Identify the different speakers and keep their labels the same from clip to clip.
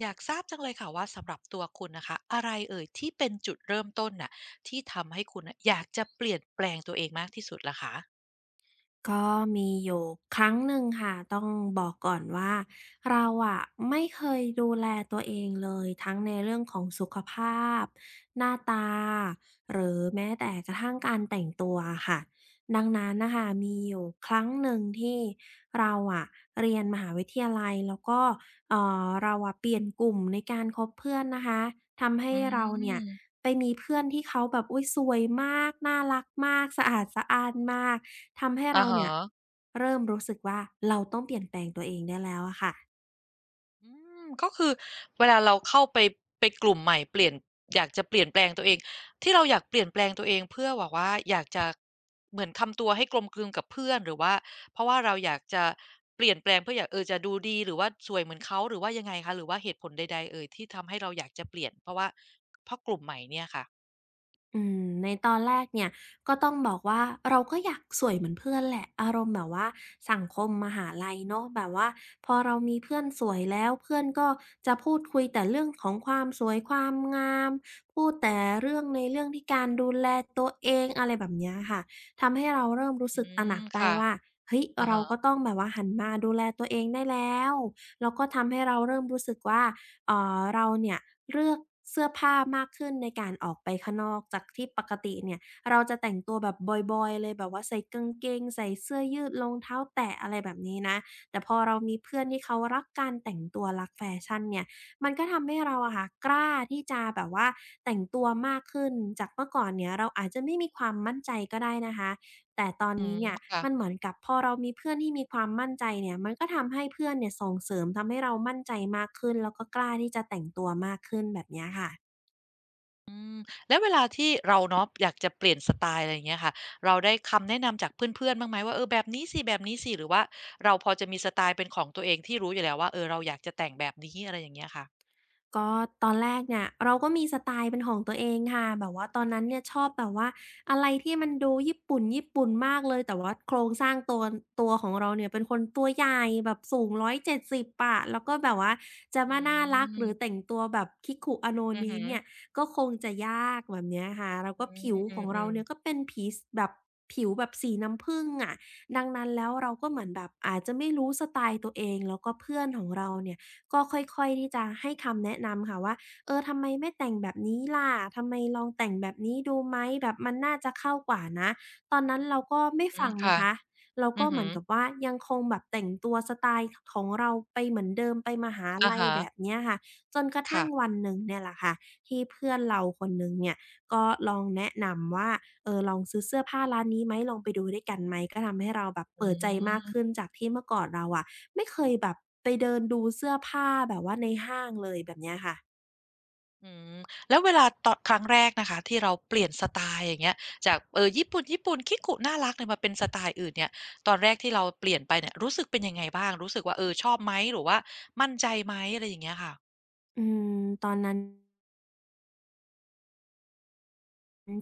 Speaker 1: อยากทราบจังเลยค่ะว่าสำหรับตัวคุณนะคะอะไรเอ่ยที่เป็นจุดเริ่มต้นน่ะที่ทำให้คุณน่ะอยากจะเปลี่ยนแปลงตัวเองมากที่สุดล่ะคะ
Speaker 2: ก็มีอยู่ครั้งหนึ่งค่ะต้องบอกก่อนว่าเราอะไม่เคยดูแลตัวเองเลยทั้งในเรื่องของสุขภาพหน้าตาหรือแม้แต่กระทั่งการแต่งตัวอะค่ะดังนั้นน่ะค่ะมีอยู่ครั้งหนึ่งที่เราอะเรียนมหาวิทยาลัยแล้วก็เราอะเปลี่ยนกลุ่มในการคบเพื่อนนะคะทำให้
Speaker 1: อื
Speaker 2: เราเนี่ย
Speaker 1: ม
Speaker 2: ไปมีเพื่อนที่เขาแบบอุ๊ยสวยมากน่ารักมากสะอาดสะอ้านมากทำให้
Speaker 1: อะ
Speaker 2: เรา
Speaker 1: ฮะ
Speaker 2: เนี่ยเริ่มรู้สึกว่าเราต้องเปลี่ยนแปลงตัวเองได้แล้วอะค่ะ
Speaker 1: อืมก็คือเวลาเราเข้าไปกลุ่มใหม่เปลี่ยนอยากจะเปลี่ยนแปลงตัวเองที่เราอยากเปลี่ยนแปลงตัวเองเพื่อแบบว่าอยากจะเหมือนทำตัวให้กลมกลืนกับเพื่อนหรือว่าเพราะว่าเราอยากจะเปลี่ยนแปลงเพื่ออยากจะดูดีหรือว่าสวยเหมือนเขาหรือว่ายังไงคะหรือว่าเหตุผลใดๆเอ่ยที่ทำให้เราอยากจะเปลี่ยนเพราะว่าเพราะกลุ่มใหม่เนี่ยค่ะ
Speaker 2: อืมในตอนแรกเนี่ยก็ต้องบอกว่าเราก็อยากสวยเหมือนเพื่อนแหละอารมณ์แบบว่าสังคมมหาลัยเนาะแบบว่าพอเรามีเพื่อนสวยแล้วเพื่อนก็จะพูดคุยแต่เรื่องของความสวยความงามพูดแต่เรื่องในเรื่องที่การดูแลตัวเองอะไรแบบเนี้ยค่ะทำให้เราเริ่มรู้
Speaker 1: อื
Speaker 2: สึกตระห
Speaker 1: ม
Speaker 2: นักได้
Speaker 1: ค่ะ
Speaker 2: ว่าเฮ้ย
Speaker 1: อะ
Speaker 2: เรา
Speaker 1: ฮะ
Speaker 2: ก็ต้องแบบว่าหันมาดูแลตัวเองได้แล้วแล้วก็ทำให้เราเริ่มรู้สึกว่า เราเนี่ยเลือกเสื้อผ้ามากขึ้นในการออกไปข้างนอกจากที่ปกติเนี่ยเราจะแต่งตัวแบบบอยๆเลยแบบว่าใส่กางเกงใส่เสื้อยืดรองเท้าแตะอะไรแบบนี้นะแต่พอเรามีเพื่อนที่เขารักการแต่งตัวรักแฟชั่นเนี่ยมันก็ทำให้เราอะค่ะกล้าที่จะแบบว่าแต่งตัวมากขึ้นจากเมื่อก่อนเนี่ยเราอาจจะไม่มีความมั่นใจก็ได้นะคะ แต่ตอน
Speaker 1: อื
Speaker 2: นี้
Speaker 1: ม
Speaker 2: เนี่ย
Speaker 1: ค่ะ
Speaker 2: มันเหมือนกับพอเรามีเพื่อนที่มีความมั่นใจเนี่ยมันก็ทำให้เพื่อนเนี่ยส่งเสริมทำให้เรามั่นใจมากขึ้นแล้วก็กล้าที่จะแต่งตัวมากขึ้นแบบเนี้ยค่ะ
Speaker 1: อืมแล้วเวลาที่เราเนาะอยากจะเปลี่ยนสไตล์อะไรอย่างเงี้ยค่ะเราได้คำแนะนำจากเพื่อนๆบ้างไหมว่าเออแบบนี้สิแบบนี้สิหรือว่าเราพอจะมีสไตล์เป็นของตัวเองที่รู้อยู่แล้วว่าเออเราอยากจะแต่งแบบนี้อะไรอย่างเงี้ยค่ะ
Speaker 2: ก็ตอนแรกเนี่ยเราก็มีสไตล์เป็นของตัวเองค่ะแบบว่าตอนนั้นเนี่ยชอบแบบว่าอะไรที่มันดูญี่ปุ่นญี่ปุ่นมากเลยแต่ว่าโครงสร้างตัวของเราเนี่ยเป็นคนตัวใหญ่แบบสูงร้อยเจ็ดส7 0อะแล้วก็แบบว่าจะ
Speaker 1: อื
Speaker 2: มาน่ารักหรือแต่
Speaker 1: ม
Speaker 2: งตัวแบบ Kiku Ano Ne
Speaker 1: อือฮึ
Speaker 2: เนะเนี่ยก็คงจะยากแบบเนี้ยค่ะแล้ว
Speaker 1: อื
Speaker 2: ก็
Speaker 1: ม
Speaker 2: ผิวของ
Speaker 1: อื
Speaker 2: เรา
Speaker 1: ม
Speaker 2: เนี่ยก็
Speaker 1: ๆ
Speaker 2: เป็นผีสแบบผิวแบบสีน้ำผึ้งอะดังนั้นแล้วเราก็เหมือนแบบอาจจะไม่รู้สไตล์ตัวเองแล้วก็เพื่อนของเราเนี่ย ก็ค่อยๆที่จะให้คำแนะนำค่ะว่าเออทำไมไม่แต่งแบบนี้ล่ะทำไมลองแต่งแบบนี้ดูไหมแบบมันน่าจะเข้ากว่านะตอนนั้นเราก็ไม่
Speaker 1: อื
Speaker 2: ฟั
Speaker 1: ม
Speaker 2: งนะ
Speaker 1: ค่ะ
Speaker 2: คะเรา
Speaker 1: อื
Speaker 2: ก็
Speaker 1: อ
Speaker 2: เห
Speaker 1: ฮึ
Speaker 2: มือนกับว่ายังคงแบบแต่งตัวสไตล์ของเราไปเหมือนเดิมไปมหา
Speaker 1: อะ
Speaker 2: ลัย
Speaker 1: ฮะ
Speaker 2: แบบเนี้ยค่ะจนกระทั่
Speaker 1: ค่ะ
Speaker 2: งวันหนึ่งเนี่ยแหละค่ะที่เพื่อนเราคนหนึ่งเนี่ยก็ลองแนะนำว่าเออลองซื้อเสื้อผ้าร้านนี้ไหมลองไปดูด้วยกันไหมก็ทำให้เราแบบ
Speaker 1: อื
Speaker 2: เปิดใจมาก
Speaker 1: ม
Speaker 2: ขึ้นจากที่เมื่อก่อนเราอะ ไม่เคยแบบไปเดินดูเสื้อผ้าแบบว่าในห้างเลยแบบเนี้ยค่ะ
Speaker 1: อืมแล้วเวลาตอนครั้งแรกนะคะที่เราเปลี่ยนสไตล์อย่างเงี้ยจากญี่ปุ่นญี่ปุ่นคิกุน่ารักเนี่ยมาเป็นสไตล์อื่นเนี่ยตอนแรกที่เราเปลี่ยนไปเนี่ยรู้สึกเป็นยังไงบ้างรู้สึกว่าเออชอบไหมหรือว่ามั่นใจไหมอะไรอย่างเงี้ยค่ะ
Speaker 2: อืมตอนนั้น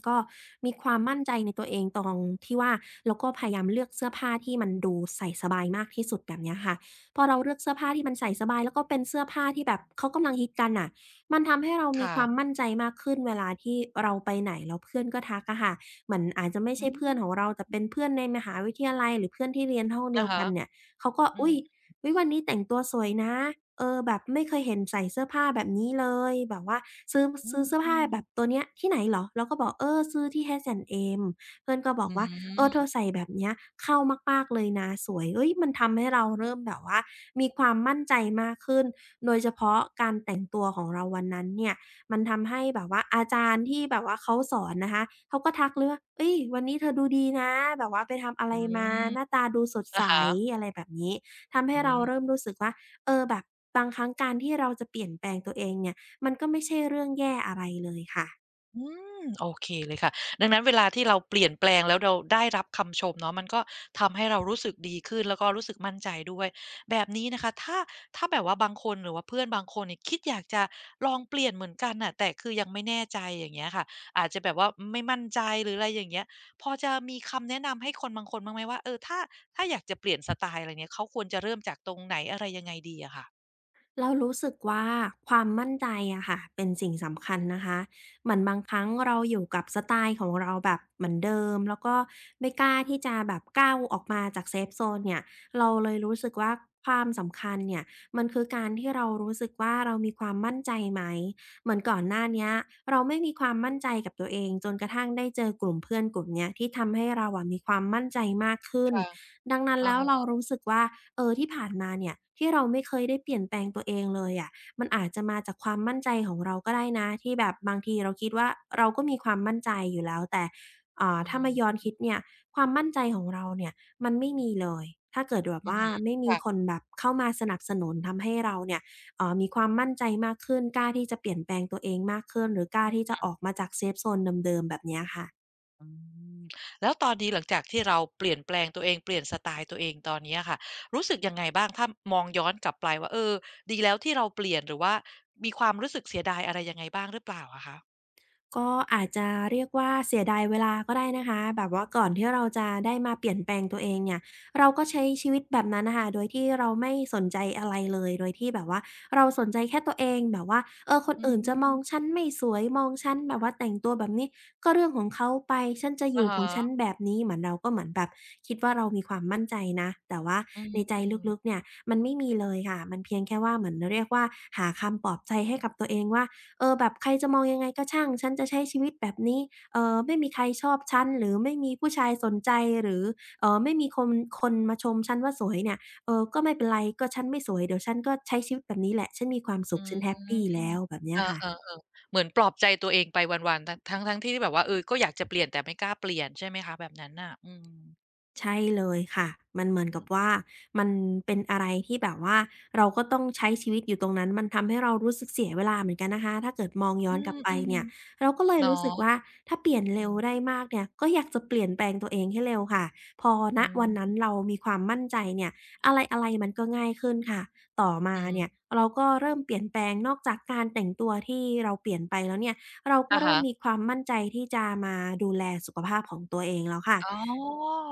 Speaker 2: ก็มีความมั่นใจในตัวเองตรงที่ว่าเราก็พยายามเลือกเสื้อผ้าที่มันดูใส่สบายมากที่สุดแบบเนี้ยค่ะพอเราเลือกเสื้อผ้าที่มันใส่สบายแล้วก็เป็นเสื้อผ้าที่แบบเขากำลังฮิตกันน่ะมันทำให้เรามีความ
Speaker 1: ค่ะ
Speaker 2: มั่นใจมากขึ้นเวลาที่เราไปไหนแล้วเพื่อนก็ทักอะค่ะเหมือนอาจจะไม่
Speaker 1: อื
Speaker 2: ใช่เพื่อน
Speaker 1: ม
Speaker 2: ของเราแต่เป็นเพื่อนในมหาวิทยาลัยหรือเพื่อนที่เรียนห้องเดี
Speaker 1: อะ
Speaker 2: ยวกั
Speaker 1: ฮะ
Speaker 2: นเนี่ยเขาก็
Speaker 1: อื
Speaker 2: อุ๊
Speaker 1: ม
Speaker 2: ย วิยวันนี้แต่งตัวสวยนะเออแบบไม่เคยเห็นใส่เสื้อผ้าแบบนี้เลยแบบว่าซื้อ
Speaker 1: อื
Speaker 2: ซื้อ
Speaker 1: ม
Speaker 2: เสื้อ
Speaker 1: อื
Speaker 2: ผ้า
Speaker 1: ม
Speaker 2: แบบตัวเนี้ยที่ไหนเหรอเราก็บอกเออซื้อที่ H&M" เพื่อนก็บอ
Speaker 1: อื
Speaker 2: กว่าเออเธ
Speaker 1: ม
Speaker 2: อใส่แบบเนี้ยเข้ามากๆเลยนะสวยเฮ้ยมันทำให้เราเริ่มแบบว่ามีความมั่นใจมากขึ้นโดยเฉพาะการแต่งตัวของเราวันนั้นเนี่ยมันทำให้แบบว่าอาจารย์ที่แบบว่าเขาสอนนะคะเขาก็ทักเลยว่าเฮ้ยวันนี้เธอดูดีนะแบบว่าไปทำอะไร
Speaker 1: อม
Speaker 2: มาหน้าตาดูสดใส
Speaker 1: อะฮะ
Speaker 2: อะไรแบบนี้ ทำ
Speaker 1: อื
Speaker 2: ให้เราเริ่ม
Speaker 1: ม
Speaker 2: รู้สึกว่าเออแบบบางครั้งการที่เราจะเปลี่ยนแปลงตัวเองเนี่ยมันก็ไม่ใช่เรื่องแย่อะไรเลยค่ะ
Speaker 1: อืมโอเคเลยค่ะดังนั้นเวลาที่เราเปลี่ยนแปลงแล้วเราได้รับคำชมเนาะมันก็ทำให้เรารู้สึกดีขึ้นแล้วก็รู้สึกมั่นใจด้วยแบบนี้นะคะถ้าแบบว่าบางคนหรือว่าเพื่อนบางคนเนี่ยคิดอยากจะลองเปลี่ยนเหมือนกันน่ะแต่คือยังไม่แน่ใจอย่างเงี้ยค่ะอาจจะแบบว่าไม่มั่นใจหรืออะไรอย่างเงี้ยพอจะมีคำแนะนำให้คนบางคนบ้างไหมว่าเออถ้าอยากจะเปลี่ยนสไตล์อะไรเงี้ยเขาควรจะเริ่มจากตรงไหนอะไรยังไงดีอะค่ะ
Speaker 2: เรารู้สึกว่าความมั่นใจอะค่ะเป็นสิ่งสำคัญนะคะเหมือนบางครั้งเราอยู่กับสไตล์ของเราแบบเหมือนเดิมแล้วก็ไม่กล้าที่จะแบบก้าวออกมาจากเซฟโซนเนี่ยเราเลยรู้สึกว่าความสำคัญเนี่ยมันคือการที่เรารู้สึกว่าเรามีความมั่นใจไหมเหมือนก่อนหน้าเนี้ยเราไม่มีความมั่นใจกับตัวเองจนกระทั่งได้เจอกลุ่มเพื่อนกลุ่มเนี้ยที่ทำให้เราอะมีความมั่นใจมากขึ้น
Speaker 1: ค่ะ
Speaker 2: ดังนั้น
Speaker 1: อะ
Speaker 2: แล้วเรา
Speaker 1: ฮะ
Speaker 2: รู้สึกว่าเออที่ผ่านมาเนี่ยที่เราไม่เคยได้เปลี่ยนแปลงตัวเองเลยอะมันอาจจะมาจากความมั่นใจของเราก็ได้นะที่แบบบางทีเราคิดว่าเราก็มีความมั่นใจอยู่แล้วแต่
Speaker 1: อื
Speaker 2: ถ้ามา
Speaker 1: ม
Speaker 2: ย้อนคิดเนี่ยความมั่นใจของเราเนี่ยมันไม่มีเลยถ้าเกิดแบบ
Speaker 1: อือ
Speaker 2: ว่า
Speaker 1: ฮึ
Speaker 2: ไม่มีคน
Speaker 1: ค่ะ
Speaker 2: แบบเข้ามาสนับสนุนทำให้เราเนี่ยมีความมั่นใจมากขึ้นกล้าที่จะเปลี่ยนแปลงตัวเองมากขึ้นหรือกล้าที่จะออกมาจากเซฟโซนเดิมๆแบบเนี้ยค่ะ
Speaker 1: อืมแล้วตอนนี้หลังจากที่เราเปลี่ยนแปลงตัวเองเปลี่ยนสไตล์ตัวเองตอนเนี้ยค่ะรู้สึกยังไงบ้างถ้ามองย้อนกลับไปว่าเออดีแล้วที่เราเปลี่ยนหรือว่ามีความรู้สึกเสียดายอะไรยังไงบ้างหรือเปล่าอะคะ
Speaker 2: ก็อาจจะเรียกว่าเสียดายเวลาก็ได้นะคะแบบว่าก่อนที่เราจะได้มาเปลี่ยนแปลงตัวเองเนี่ยเราก็ใช้ชีวิตแบบนั้นนะคะโดยที่เราไม่สนใจอะไรเลยโดยที่แบบว่าเราสนใจแค่ตัวเองแบบว่าเออคน
Speaker 1: อื
Speaker 2: อื่นจะมอง
Speaker 1: ม
Speaker 2: ฉันไม่สวยมองฉันแบบว่าแต่งตัวแบบนี้ก็เรื่องของเขาไปฉันจะอ
Speaker 1: อะ
Speaker 2: ยู่ของฉัน
Speaker 1: ฮะ
Speaker 2: แบบนี้เหมือนเราก็เหมือนแบบคิดว่าเรามีความมั่นใจนะแต่ว่า
Speaker 1: อื
Speaker 2: ในใจ
Speaker 1: ม
Speaker 2: ลึกๆ
Speaker 1: ๆ
Speaker 2: เนี่ยมันไม่มีเลยค่ะมันเพียงแค่ว่าเหมือนเรียกว่าหาคำปลอบใจให้กับตัวเองว่า เออแบบใครจะมองยังไงก็ช่างฉันจะใช้ชีวิตแบบนี้ไม่มีใครชอบฉันหรือไม่มีผู้ชายสนใจหรือไม่มีคนมาชมฉันว่าสวยเนี่ยเออก็ไม่เป็นไรก็ฉันไม่สวยเดี๋ยวฉันก็ใช้ชีวิตแบบนี้แหละฉันมีความสุ
Speaker 1: อื
Speaker 2: ขฉันแฮป
Speaker 1: ม
Speaker 2: ปีแล้วแบบเนี้
Speaker 1: เอ
Speaker 2: ยค่ะ
Speaker 1: อๆๆเหมือนปลอบใจตัวเองไปวันๆทั้งๆที่แบบว่าเออก็อยากจะเปลี่ยนแต่ไม่กล้าเปลี่ยนใช่ไหมคะแบบนั้นน่ะอืม
Speaker 2: ใช่เลยค่ะมันเหมือน
Speaker 1: อื
Speaker 2: กับ
Speaker 1: ม
Speaker 2: ว่ามันเป็นอะไรที่แบบว่าเราก็ต้องใช้ชีวิตอยู่ตรงนั้นมันทำให้เรารู้สึกเสียเวลาเหมือนกันนะคะถ้าเกิดมองย้อ
Speaker 1: อื
Speaker 2: นกลับไป
Speaker 1: ม
Speaker 2: เนี่ยเราก็เล
Speaker 1: ๆ
Speaker 2: ย
Speaker 1: เนา
Speaker 2: รู้สึก
Speaker 1: ะ
Speaker 2: ว่าถ้าเปลี่ยนเร็
Speaker 1: อื
Speaker 2: วได้
Speaker 1: ม
Speaker 2: มากเนี่ยก็อยากจะเปลี่ยนแปลงตัวเองให้เร็วค่ะพอ
Speaker 1: อ
Speaker 2: ณวันนั้น
Speaker 1: ืม
Speaker 2: เรามีความมั่นใจเนี่ยอะไรๆมันก็ง่ายขึ้นค่ะต่อมา
Speaker 1: อื
Speaker 2: เนี่ย
Speaker 1: ม
Speaker 2: เราก็เริ่มเปลี่ยนแปลงนอกจากการแต่งตัวที่เราเปลี่ยนไปแล้วเนี่ยเราก็
Speaker 1: อะ
Speaker 2: เริ่
Speaker 1: ฮะ
Speaker 2: มมีความมั่นใจที่จะมาดูแลสุขภาพของตัวเองแล้วค่ะ
Speaker 1: อ๋อ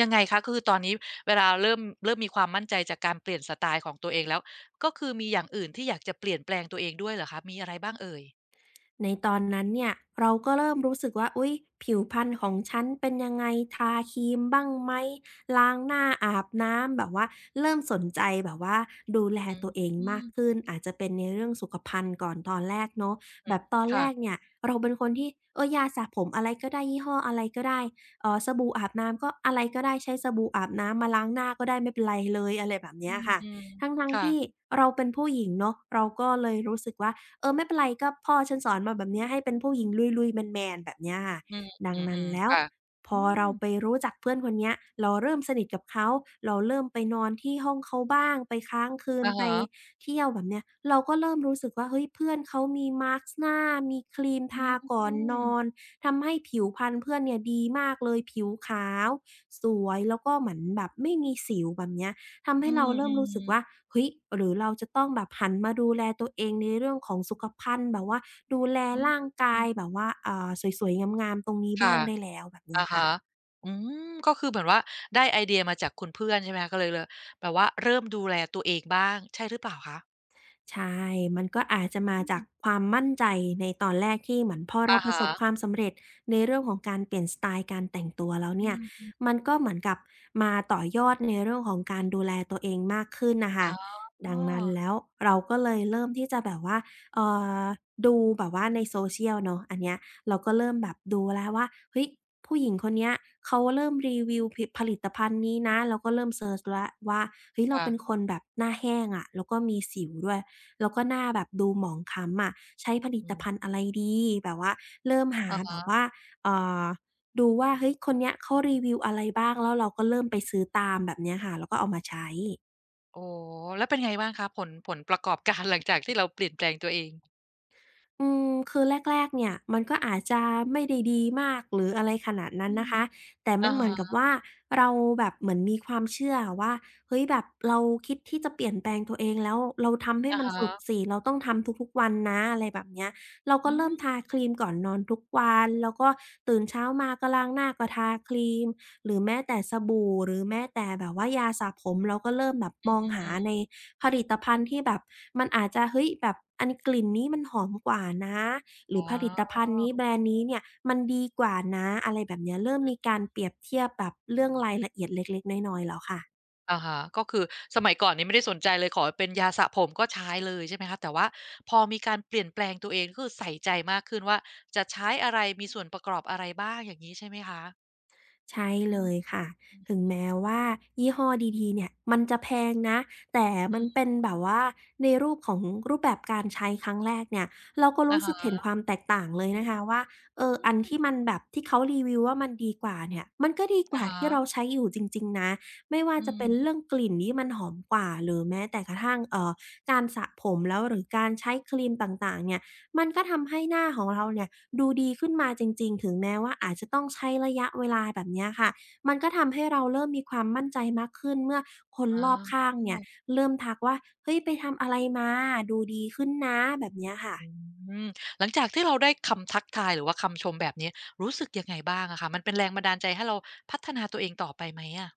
Speaker 1: ยังไงคะคือตอนนี้เวลาเริ่มมีความมั่นใจจากการเปลี่ยนสไตล์ของตัวเองแล้ว ก็คือมีอย่างอื่นที่อยากจะเปลี่ยนแปลงตัวเองด้วยเหรอคะมีอะไรบ้างเอ่ย
Speaker 2: ในตอนนั้นเนี่ยเราก็เริ่มรู้สึกว่าอุ๊ยผิวพรรณของฉันเป็นยังไงทาครีมบ้างไหมล้างหน้าอาบน้ำแบบว่าเริ่มสนใจแบบว่าดูแล
Speaker 1: อืม
Speaker 2: ตัวเอง
Speaker 1: อื
Speaker 2: มา
Speaker 1: ม
Speaker 2: กขึ้นอาจจะเป็นในเรื่องสุขภัณฑ์ก่อนตอนแรกเนาะ
Speaker 1: อื
Speaker 2: แบ
Speaker 1: ม
Speaker 2: บตอนแร
Speaker 1: ค่ะ
Speaker 2: กเนี่ยเราเป็นคนที่เออยาสระผมอะไรก็ได้ยี่ห้ออะไรก็ได้สบู่อาบน้ำก็อะไรก็ได้ใช้สบู่อาบน้ำมาล้างหน้าก็ได้ไม่เป็นไรเลยอะไรแบบ
Speaker 1: อื
Speaker 2: เนี้ยค่ะ
Speaker 1: ม
Speaker 2: ทั้ง
Speaker 1: ๆ
Speaker 2: ๆที่
Speaker 1: ค่ะ
Speaker 2: เราเป็นผู้หญิงเนาะเราก็เลยรู้สึกว่า เออไม่เป็นไรก็พ่อฉันสอนมาแบบเนี้ยให้เป็นผู้หญิงลุยๆแมนๆแบบเนี้ยค่ะ
Speaker 1: อืมอ
Speaker 2: ดัง
Speaker 1: ื
Speaker 2: นั้น
Speaker 1: ม
Speaker 2: แล้
Speaker 1: ๆ
Speaker 2: ว
Speaker 1: ค่ะ
Speaker 2: พ
Speaker 1: อื
Speaker 2: อ
Speaker 1: ม
Speaker 2: เราไปรู้จักเพื่อนคนเนี้ยเราเริ่มสนิทกับเขาเราเริ่มไปนอนที่ห้องเขาบ้างไปค้างคืน
Speaker 1: อะ
Speaker 2: ไป
Speaker 1: ฮะ
Speaker 2: เที่ยวแบบเนี้ยเราก็เริ่มรู้สึกว่าเฮ้ยเพื่อนเขามีมาสก์หน้ามีครีม
Speaker 1: อื
Speaker 2: ทา
Speaker 1: ม
Speaker 2: ก่อนนอนทำให้ผิวพรรณเพื่อนเนี่ยดีมากเลยผิวขาวสวยแล้วก็เหมือนแบบไม่มีสิวแบบเนี้ย ทำ
Speaker 1: อื
Speaker 2: ให้เราเริ่มรู้สึก
Speaker 1: ม
Speaker 2: ว่า
Speaker 1: ๆ
Speaker 2: เฮ้ยหรือเราจะต้องแบบหันมาดูแลตัวเองในเรื่องของสุขภัณฑ์แบบว่าดูแล
Speaker 1: อืม
Speaker 2: ร่าง
Speaker 1: อื
Speaker 2: กาย
Speaker 1: ม
Speaker 2: แบบว่าสวยๆงามๆตรงนี้บ้า
Speaker 1: ค่ะ
Speaker 2: งได้แล้วแบบเนี้ย
Speaker 1: อะ
Speaker 2: ค่ะ
Speaker 1: ฮะอืมก็คือเหมือนว่าได้ไอเดียมาจากคุณเพื่อนใช่ไหมคะก็เลยลแบบว่าเริ่มดูแลตัวเองบ้างใช่หรือเปล่าคะ
Speaker 2: ใช่มันก็อาจจะมา
Speaker 1: อื
Speaker 2: จากค
Speaker 1: ม
Speaker 2: วามมั่นใจในตอนแรกที่เหมือนพอเรา
Speaker 1: อะ
Speaker 2: ประส
Speaker 1: ฮะ
Speaker 2: บความสำเร็จในเรื่องของการเปลี่ยนสไตล์การแต่งตัวแล้วเนี่ย
Speaker 1: อืม
Speaker 2: มันก็เหมือนกับมาต่อยอดในเรื่องของการดูแลตัวเองมากขึ้นน่ะ
Speaker 1: ๆอ๋
Speaker 2: ค่ะ
Speaker 1: อ
Speaker 2: ดังนั้นแล้วเราก็เลยเริ่มที่จะแบบว่าเอ่อดูแบบว่าใน social เนาะอันเนี้ยเราก็เริ่มแบบดูแล้วว่าเฮ้ยผู้หญิงคนเนี้ยเขาเริ่มรีวิวผลิผลิตภัณฑ์นี้นะเราก็เริ่มเซิร์ชแล้วว่า เฮ้ยเรา
Speaker 1: ค่ะ
Speaker 2: เป็นคนแบบหน้าแห้งอะแล้วก็มีสิวด้วย แล้วก็หน้าแบบดูหมองคล้ำอะใช้ผลิ
Speaker 1: อื
Speaker 2: ต
Speaker 1: ม
Speaker 2: ภัณฑ์อะไรดีแบบว่าเริ่มหา
Speaker 1: อะ
Speaker 2: แบบ
Speaker 1: ฮะ
Speaker 2: ว่าเอ่อดูว่าเฮ้ยคนเนี้ยเขารีวิวอะไรบ้างแล้วเราก็เริ่มไปซื้อตามแบบเนี้ยค่ะแล้วก็เอามาใช้
Speaker 1: โอ้โฮแล้วเป็นไงบ้างคะผลประกอบการ หลังจากที่เราเปลี่ยนแปลงตัวเอง
Speaker 2: อืมคือแรกๆเนี่ยมันก็อาจจะไม่ได้ดีมากหรืออะไรขนาดนั้
Speaker 1: อื
Speaker 2: นนะ
Speaker 1: ม
Speaker 2: คะแต่มั
Speaker 1: อะ
Speaker 2: นเหมือนกับ
Speaker 1: ฮะ
Speaker 2: ว่าเราแบบเหมือนมีความเชื่ออะว่าเฮ้ยแบบเราคิดที่จะเปลี่ยนแปลงตัวเองแล้วเราทำให้
Speaker 1: อะ
Speaker 2: มันสุด
Speaker 1: ฮะ
Speaker 2: สิเราต้องทำทุกๆวันนะอะไรแบบเนี้ยเราก็
Speaker 1: อื
Speaker 2: เริ่ม
Speaker 1: ม
Speaker 2: ทาครีมก่อนนอนทุกวันแล้วก็ตื่นเช้ามาก็ล้างหน้าก็ทาครีมหรือแม้แต่สบู่หรือแม้แต่แบบว่ายาสระผมเราก็เริ่มแบบมองหา
Speaker 1: อืม
Speaker 2: ใน ผลิตภัณฑ์ที่แบบมันอาจจะเฮ้ยแบบอันกลิ่นนี้มันหอมกว่านะหรื
Speaker 1: อ๋
Speaker 2: อ
Speaker 1: อ
Speaker 2: ผลิตภัณฑ์นี้แบรนด์นี้เนี่ยมันดีกว่านะอะไรแบบเนี้ยเริ่มมีการเปรียบเทียบแบบเรื่องรายละเอียดเล็กๆน้อยๆแล้วค่ะ
Speaker 1: อะฮะก็คือสมัยก่อนนี้ไม่ได้สนใจเลยขอเป็นยาสระผมก็ใช้เลยใช่ไหมคะแต่ว่าพอมีการเปลี่ยนแปลงตัวเองก็คือใส่ใจมากขึ้นว่าจะใช้อะไรมีส่วนประกอบอะไรบ้างอย่างงี้ใช่ไหมคะ
Speaker 2: ใช่
Speaker 1: อื
Speaker 2: เลยค่ะถึง
Speaker 1: ม
Speaker 2: แม้
Speaker 1: ๆ
Speaker 2: ว่ายี่ห้อดีๆเนี่ยมันจะแพงนะแต่
Speaker 1: อื
Speaker 2: มัน
Speaker 1: ม
Speaker 2: เป็นแบบว่าในรูปของรูปแบบการใช้ครั้งแรกเนี่ยเราก็
Speaker 1: อะ
Speaker 2: รู้สึก
Speaker 1: ฮะ
Speaker 2: เห็นความแตกต่างเลยนะคะว่าเออ
Speaker 1: อื
Speaker 2: อัน
Speaker 1: ม
Speaker 2: ที่มันแบบที่เขารีวิวว่ามันดีกว่าเนี่ยมันก็ดีก
Speaker 1: อะ
Speaker 2: ว่าที่เรา
Speaker 1: ฮะ
Speaker 2: ใช้อยู่จริงๆนะไม่ว่า
Speaker 1: อื
Speaker 2: จะเป็น
Speaker 1: ม
Speaker 2: เรื่องกลิ่นที่มันหอมกว่าหรือแม้แต่กระทั่งการสระผมแล้วหรือการใช้ครีมต่างๆเนี่ย มันก็ทำให้หน้าของเราเนี่ยดูดีขึ้นมาจริงๆถึงแม้ว่าอาจจะต้องใช้ระยะเวลาแบบเนี้ยค่ะ มันก็ทำให้เราเริ่มมีความมั่นใจมากขึ้นเมื่อคน
Speaker 1: อ๋
Speaker 2: รอบข้า
Speaker 1: อ
Speaker 2: งเนี่ยเริ่มทักว่าเฮ้ยไปทำอะไรมาดูดีขึ้นนะแบบเนี้ยค่ะ
Speaker 1: อืมหลังจากที่เราได้คำทักทายหรือว่าคำชมแบบนี้รู้สึกยังไงบ้างอะคะมันเป็นแรงบันดาลใจให้เราพัฒนาตัวเองต่อไปไหมอะ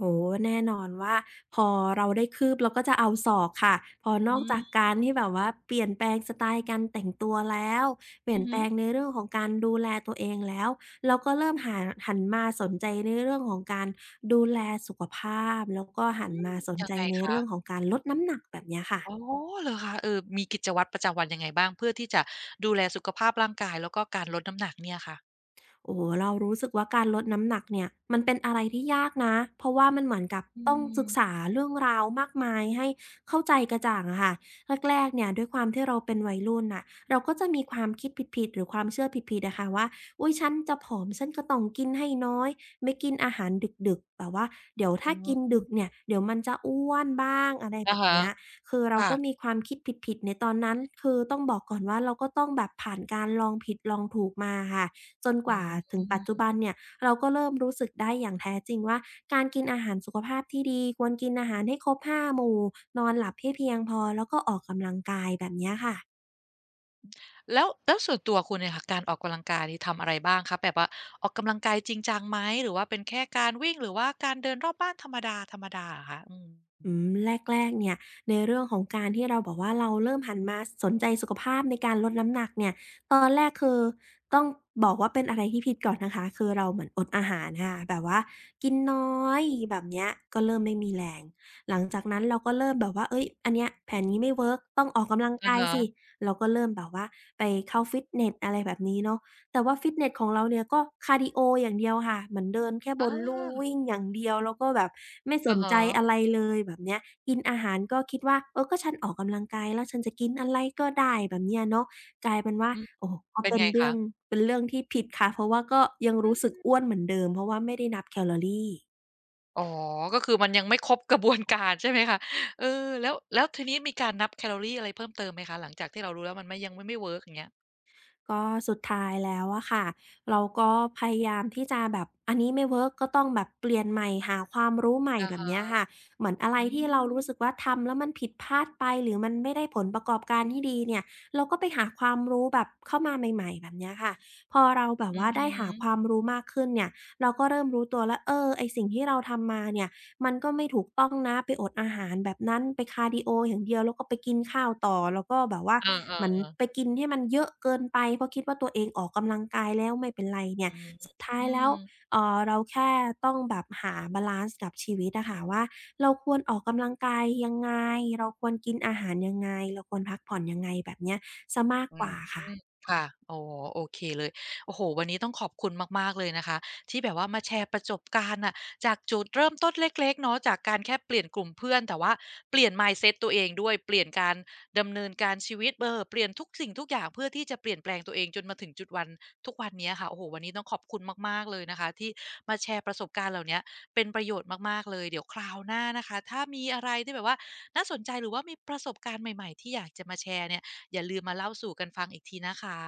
Speaker 2: โอ้โฮแน่นอนว่าพอเราได้คืบเราก็จะเอาศอกค่ะพอน
Speaker 1: อื
Speaker 2: อกจา
Speaker 1: ม
Speaker 2: กการที่แบบว่าเปลี่ยนแปลงสไตล์การแต่งตัวแล้วเปลี่ย
Speaker 1: อื
Speaker 2: น
Speaker 1: อ
Speaker 2: แป
Speaker 1: ฮึ
Speaker 2: ลงในเรื่องของการดูแลตัวเองแล้ว เราก็เริ่มหาหันมาสนใจในเรื่องของการดูแลสุขภาพแล้วก็หัน
Speaker 1: อืม
Speaker 2: มาสน
Speaker 1: ยั
Speaker 2: ใจ
Speaker 1: งไง
Speaker 2: ใน
Speaker 1: คะ
Speaker 2: เรื่องของการลดน้ำหนักแบบเนี้ยค่ะ
Speaker 1: อ๋อเหรอคะเออมีกิจวัตรประจำวันยังไงบ้างเพื่อที่จะดูแลสุขภาพร่างกายแล้วก็การลดน้ำหนักเนี่ยค่ะ
Speaker 2: โอ้โฮเรารู้สึกว่าการลดน้ำหนักเนี่ยมันเป็นอะไรที่ยากนะเพราะว่ามันเหมือนกับ
Speaker 1: อื
Speaker 2: ต้องศึกษา
Speaker 1: ม
Speaker 2: เรื่องราวมากมายให้เข้าใจกระจ่างอะค่ะแรกๆเนี่ยด้วยความที่เราเป็นวัยรุ่นน่ะเราก็จะมีความคิดผิดๆหรือความเชื่อผิดๆอะค่ะว่าอุ๊ยฉันจะผอมฉันก็ต้องกินให้น้อยไม่กินอาหารดึกๆแบบว่าเดี๋ยวถ้า
Speaker 1: อื
Speaker 2: กินดึก
Speaker 1: ม
Speaker 2: เนี่ยเดี๋ยวมันจะอ้วนบ้างอะไรแบ
Speaker 1: อะ
Speaker 2: บ
Speaker 1: ฮะ
Speaker 2: เนี้ยคือเราก็มี
Speaker 1: ค่ะ
Speaker 2: ความคิดผิดๆในตอนนั้นคือต้องบอกก่อนว่าเราก็ต้องแบบผ่านการลองผิดลองถูกมาอะค่ะ จนก
Speaker 1: อื
Speaker 2: ว่า
Speaker 1: ม
Speaker 2: ถึงปัจจุบันเนี่ยเราก็เริ่มรู้สึกได้อย่างแท้จริงว่าการกินอาหารสุขภาพที่ดีควรกินอาหารให้ครบห้าหมู่นอนหลับให้เพียงพอแล้วก็ออกกำลังกายแบบเนี้ยค่ะ
Speaker 1: แล้วส่วนตัวคุณเนี่ยค่ะการออกกำลังกายนี่ทำอะไรบ้างคะแบบว่าออกกำลังกายจริงจังไหมหรือว่าเป็นแค่การวิ่งหรือว่าการเดินรอบบ้านธรรมดาๆเหรอคะอืม
Speaker 2: อืมแรกๆเนี่ยในเรื่องของการที่เราบอกว่าเราเริ่มหันมาสนใจสุขภาพในการลดน้ำหนักเนี่ยตอนแรกคือต้องบอกว่าเป็นอะไรที่ผิดก่อนนะคะ คือเราเหมือนอดอาหารค่ะ แบบว่ากินน้อยแบบเนี้ยก็เริ่มไม่มีแรงหลังจากนั้นเราก็เริ่มแบบว่าเฮ้ยอันเนี้ยแผนนี้ไม่เวิร์กต้องออกกำลัง
Speaker 1: อะ
Speaker 2: กายสิ
Speaker 1: ฮะ
Speaker 2: เราก็เริ่มแบบว่าไปเข้าฟิตเนสอะไรแบบนี้เนาะ แต่ว่าฟิตเนสของเราเนี่ยก็คาร์ดีโออย่างเดียวค่ะเหมือนเดินแค่บ
Speaker 1: อ
Speaker 2: นลู่
Speaker 1: า
Speaker 2: วิ่งอย่างเดียวแล้วก็แบบไม่ส
Speaker 1: อะ
Speaker 2: นใจ
Speaker 1: ฮะ
Speaker 2: อะไรเลยแบบเนี้ยกินอาหารก็คิดว่าเออก็ฉันออกกำลังกายแล้วฉันจะกินอะไรก็ได้แบบเนี้ยเนาะกลายเป็นว่า
Speaker 1: อืม
Speaker 2: โอ้โฮก็
Speaker 1: เป็น
Speaker 2: เป็น
Speaker 1: ไง
Speaker 2: เรื่อ
Speaker 1: คะ
Speaker 2: งเป็นเรื่องที่ผิดค่ะเพราะว่าก็ยัง
Speaker 1: อื
Speaker 2: รู้สึก
Speaker 1: ม
Speaker 2: อ้วนเหมือนเดิมเพราะว่าไม่ได้นับแคลอรี
Speaker 1: อ๋อก็คือมันยังไม่ครบกระบวนการใช่ไหมคะเออแล้วทีนี้มีการนับแคลอรีอะไรเพิ่มเติมไหมคะหลังจากที่เรารู้แล้วมันไม่ยังไม่เวิร์กอย่างเงี้ย
Speaker 2: ก็สุดท้ายแล้วอะค่ะเราก็พยายามที่จะแบบอันนี้ไม่เวิร์กก็ต้องแบบเปลี่ยนใหม่หาความรู้ใหม่
Speaker 1: อะ
Speaker 2: แบบเนี้ย
Speaker 1: ฮะ
Speaker 2: ค่ะเหมือนอะไร
Speaker 1: อื
Speaker 2: ที่เรา
Speaker 1: ม
Speaker 2: รู้สึกว่าทำแล้วมันผิดพลาดไปหรือมันไม่ได้ผลประกอบการที่ดีเนี่ยเราก็ไปหาความรู้แบบเข้ามาใหม่ๆแบบเนี้ยค่ะพอเราแบบ
Speaker 1: อื
Speaker 2: ว่า
Speaker 1: อฮึ
Speaker 2: ได้หาความรู้มากขึ้นเนี่ยเราก็เริ่มรู้ตัวแล้วเออไอ้สิ่งที่เราทำมาเนี่ย มันก็ไม่ถูกต้องนะไปอดอาหารแบบนั้นไปคาร์ดีโออย่างเดียวแล้วก็ไปกินข้าวต่อแล้วก็แบบว่า
Speaker 1: เ
Speaker 2: เหมือน
Speaker 1: ออ
Speaker 2: ไปกินให้มันเยอะเกินไปเพราะคิดว่าตัวเองออกกำลังกายแล้วไม่เป็นไรเนี่
Speaker 1: ๆ
Speaker 2: ย
Speaker 1: อื
Speaker 2: สุดท้ายแล้
Speaker 1: ม
Speaker 2: วเราแค่ต้องแบบหาบาลลันซ์กับชีวิตอะค่ะว่าเราควรออกกำลังกายยังไงเราควรกินอาหารยังไงเราควรพักผ่อนยังไงแบบเนี้ยเสียมาก
Speaker 1: อื
Speaker 2: ก
Speaker 1: ม
Speaker 2: ว่าค่ะ
Speaker 1: ค่ะโอ้โอเคเลยโอ้โฮวันนี้ต้องขอบคุณมากๆเลยนะคะที่แบบว่ามาแชร์ประจบการณ์น่ะจากจุดเริ่มต้นเล็กๆเนาะจากการแค่เปลี่ยนกลุ่มเพื่อนแต่ว่าเปลี่ยน mindset ตัวเองด้วยเปลี่ยนการดำเนินการชีวิตเออเปลี่ยนทุกสิ่งทุกอย่างเพื่อที่จะเปลี่ยนแปลงตัวเองจนมาถึงจุดวันทุกวันเนี้ยค่ะโอ้โฮวันนี้ต้องขอบคุณมากๆเลยนะคะที่มาแชร์ประสบการณ์เหล่าเนี้ยเป็นประโยชน์มากๆเลยเดี๋ยวคราวหน้านะคะถ้ามีอะไรที่แบบว่าน่าสนใจหรือว่ามีประสบการณ์ใหม่ๆที่อยากจะมาแชร์เนี่ย อย่าลืมมาเล่าสู่กันฟังอีกทีนะคะ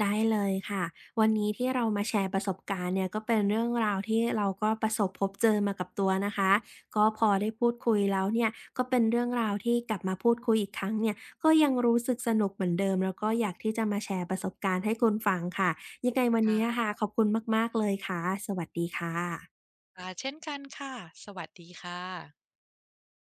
Speaker 2: ได้เลยค่ะวันนี้ที่เรามาแชร์ประสบการณ์เนี่ยก็เป็นเรื่องราวที่เราก็ประสบพบเจอมากับตัวนะคะก็พอได้พูดคุยแล้วเนี่ยก็เป็นเรื่องราวที่กลับมาพูดคุยอีกครั้งเนี่ยก็ยังรู้สึกสนุกเหมือนเดิมแล้วก็อยากที่จะมาแชร์ประสบการณ์ให้คุณฟังค่ะยังไงวันนี้อะค่ะ
Speaker 1: ค่
Speaker 2: ขอบคุณมากๆเลยค่ะสวัสดีค่ะ
Speaker 1: ะเช่นกันค่ะ สวัสดีค่ะ